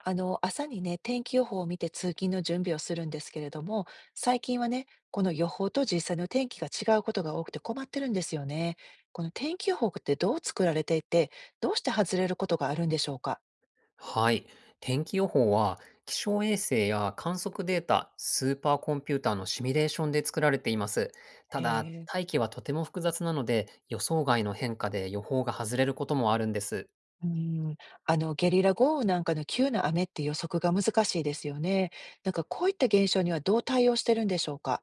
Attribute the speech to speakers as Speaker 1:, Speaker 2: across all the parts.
Speaker 1: 朝にね、天気予報を見て通勤の準備をするんですけれども、最近はね、この予報と実際の天気が違うことが多くて困ってるんですよね。この天気予報ってどう作られていて、どうして外れることがあるんでしょうか？
Speaker 2: はい。天気予報は気象衛星や観測データ、スーパーコンピューターのシミュレーションで作られています。た
Speaker 1: へ
Speaker 2: だ、
Speaker 1: え、
Speaker 2: 大気はとても複雑なので、予想外の変化で予報が外れることもあるんです。
Speaker 1: うん、ゲリラ豪雨なんかの急な雨って予測が難しいですよね。なんかこういった現象にはどう対応してるんでしょうか？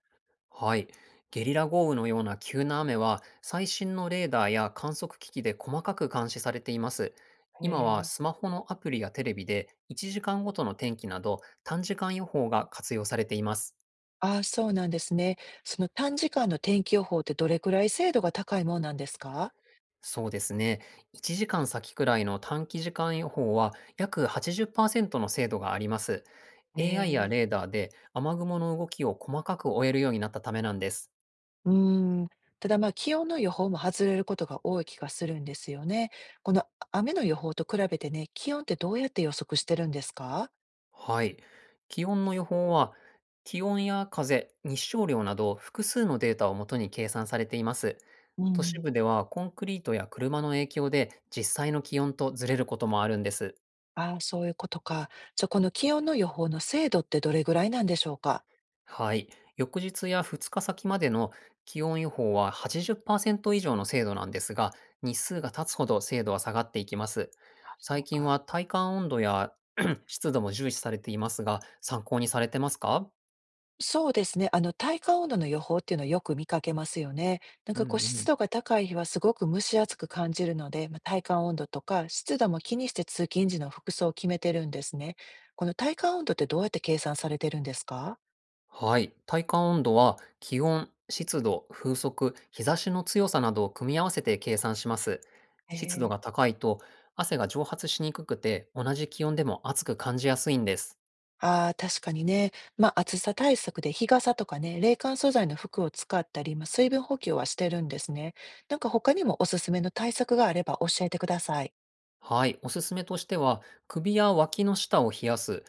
Speaker 2: はい。ゲリラ豪雨のような急な雨は、最新のレーダーや観測機器で細かく監視されています。
Speaker 1: へ
Speaker 2: 今は
Speaker 1: え。
Speaker 2: スマホのアプリやテレビで1時間ごとの天気など短時間予報が活用されています。
Speaker 1: ああ、そうなんですね。その短時間の天気予報ってどれくらい精度が高いもんなんですか？
Speaker 2: そうですね。1時間先くらいの短期時間予報は約80%の精度があります。
Speaker 1: へ
Speaker 2: AI や
Speaker 1: え、
Speaker 2: レーダーで雨雲の動きを細かく追えるようになったためなんです。
Speaker 1: うーん、ただ、ま、気温の予報も外れることが多い気がするんですよね。この雨の予報と比べてね、気温ってどうやって予測してるんですか？
Speaker 2: はい。気温の予報は気温や風、日照量など複数のデータをもとに計算されています。
Speaker 1: う
Speaker 2: 都市
Speaker 1: ん。
Speaker 2: 部ではコンクリートや車の影響で実際の気温とずれることもあるんです。
Speaker 1: ああ、そういうことか。じゃ、この気温の予報の精度ってどれぐらいなんでしょうか？
Speaker 2: はい。翌日や2日先までの気温予報は80%以上の精度なんですが、日数が経つほど精度は下がっていきます。
Speaker 1: あ、そ
Speaker 2: 最
Speaker 1: う
Speaker 2: 近
Speaker 1: か。
Speaker 2: は体感温度や 湿度も重視されていますが、参考にされてますか？
Speaker 1: そうですね、体感温度の予報っていうのはよく見かけますよね。なん
Speaker 2: う
Speaker 1: か、
Speaker 2: ん
Speaker 1: こう、
Speaker 2: う
Speaker 1: 湿
Speaker 2: ん。
Speaker 1: 度が高い日はすごく蒸し暑く感じるので、まあ、体感温度とか湿度も気にして通勤時の服装を決めてるんですね。この体感温度ってどうやって計算されてるんですか？
Speaker 2: はい。体感温度は気温、湿度、風速、日差しの強さなどを組み合わせて計算します。
Speaker 1: え
Speaker 2: 湿度
Speaker 1: え。
Speaker 2: が高いと汗が蒸発しにくくて、同じ気温でも暑く感じやすいんです。
Speaker 1: ああ、確かにね。まあ、暑さ対策で日傘とかね、冷感素材の服を使ったり、まあ、水分補給はしてるんですね。なんか他にもおすすめの対策があれば教えてください。
Speaker 2: はい、おすすめとしては、首や脇の下を冷やす、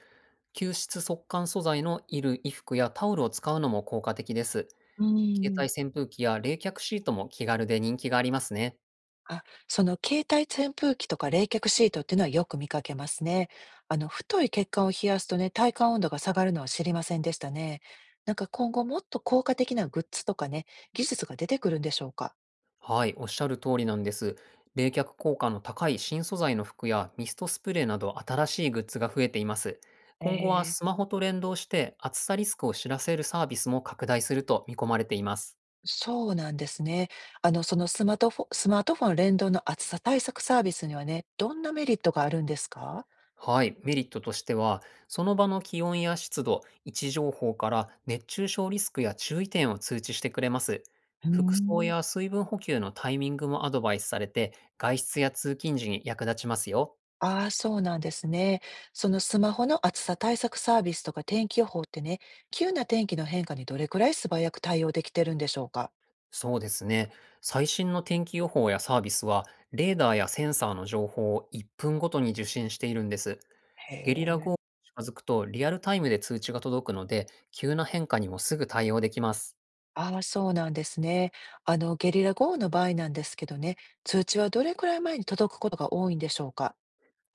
Speaker 2: 吸湿速乾素材の衣類、衣服やタオルを使うのも効果的です。
Speaker 1: う
Speaker 2: 携
Speaker 1: ん。
Speaker 2: 帯扇風機や冷却シートも気軽で人気がありますね。
Speaker 1: あ、その携帯扇風機とか冷却シートっていうのはよく見かけますね。太い血管を冷やすとね、体感温度が下がるのは知りませんでしたね。なんか今後もっと効果的なグッズとかね、技術が出てくるんでしょうか？
Speaker 2: はい、おっしゃる通りなんです。冷却効果の高い新素材の服やミストスプレーなど新しいグッズが増えています。
Speaker 1: え
Speaker 2: 今後は
Speaker 1: え。
Speaker 2: スマホと連動して暑さリスクを知らせるサービスも拡大すると見込まれています。
Speaker 1: そうなんですね。そのスマートフォン連動の暑さ対策サービスにはね、どんなメリットがあるんですか？
Speaker 2: はい、メリットとしては、その場の気温や湿度、位置情報から熱中症リスクや注意点を通知してくれます。
Speaker 1: うー
Speaker 2: 服装
Speaker 1: ん。
Speaker 2: や水分補給のタイミングもアドバイスされて、外出や通勤時に役立ちますよ。
Speaker 1: ああ、そうなんですね。そのスマホの暑さ対策サービスとか天気予報ってね、急な天気の変化にどれくらい素早く対応できてるんでしょうか？
Speaker 2: そうですね。最新の天気予報やサービスは、レーダーやセンサーの情報を1分ごとに受信しているんです。
Speaker 1: へ
Speaker 2: ゲリラ豪
Speaker 1: え。
Speaker 2: 雨に近づくとリアルタイムで通知が届くので、急な変化にもすぐ対応できます。
Speaker 1: ああ、そうなんですね。ゲリラ豪雨の場合なんですけどね、通知はどれくらい前に届くことが多いんでしょうか？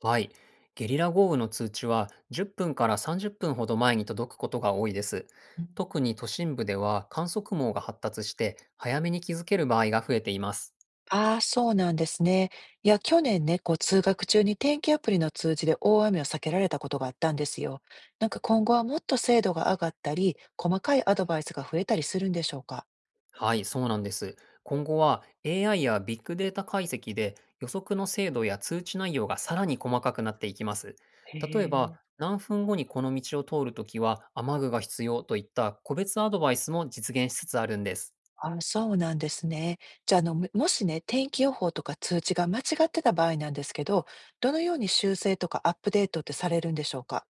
Speaker 2: はい。ゲリラ豪雨の通知は10分から30分ほど前に届くことが多いです。特に都心部では観測網が発達して早めに気づける場合が増えています。
Speaker 1: ああ、そうなんですね。いや、去年ね、こう、通学中に天気アプリの通知で大雨を避けられたことがあったんですよ。なんか今後はもっと精度が上がったり、細かいアドバイスが増えたりするんでしょうか。
Speaker 2: はい、そうなんです。今後は AI やビッグデータ解析で予測の精度や通知内容がさらに細かくなっていきます。
Speaker 1: へ
Speaker 2: 例えば、
Speaker 1: え。
Speaker 2: 何分後にこの道を通るときは雨具が必要といった個別アドバイスも実現しつつあるんです。
Speaker 1: ああ、そうなんですね。じゃあ、もしね、天気予報とか通知が間違ってた場合なんですけど、どのように修正とかアップデートってされるんでしょうか。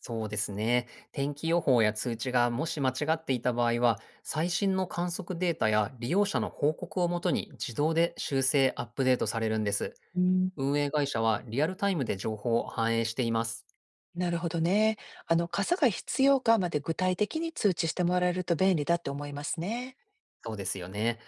Speaker 2: そうですね。天気予報や通知がもし間違っていた場合は、最新の観測データや利用者の報告をもとに自動で修正、アップデートされるんです。
Speaker 1: うん、
Speaker 2: 運営会社はリアルタイムで情報を反映しています。
Speaker 1: なるほどね。傘が必要かまで具体的に通知してもらえると便利だって思いますね。
Speaker 2: そうですよね。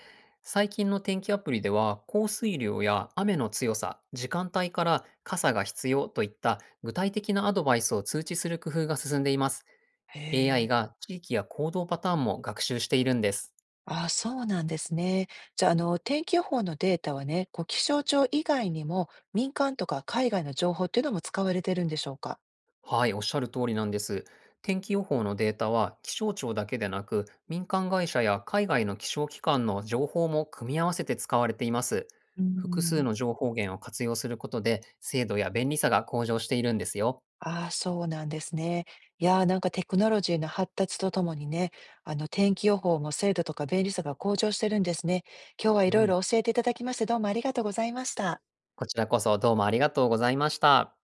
Speaker 2: 最近の天気アプリでは、降水量や雨の強さ、時間帯から傘が必要といった具体的なアドバイスを通知する工夫が進んでいます。
Speaker 1: へ
Speaker 2: AI
Speaker 1: え。
Speaker 2: が地域や行動パターンも学習しているんです。
Speaker 1: ああ、そうなんですね。じゃあ、天気予報のデータはね、こう、気象庁以外にも民間とか海外の情報っていうのも使われてるんでしょうか？
Speaker 2: はい、おっしゃる通りなんです。天気予報のデータは気象庁だけでなく、民間会社や海外の気象機関の情報も組み合わせて使われています。
Speaker 1: う
Speaker 2: 複数
Speaker 1: ん、
Speaker 2: の情報源を活用することで、精度や便利さが向上しているんですよ。
Speaker 1: ああ、そうなんですね。いやー、なんかテクノロジーの発達とともにね、天気予報も精度とか便利さが向上してるんですね。今日はい
Speaker 2: う
Speaker 1: ろい
Speaker 2: ん。
Speaker 1: ろ教えていただきまして、どうもありがとうございました。
Speaker 2: こちらこそどうもありがとうございました。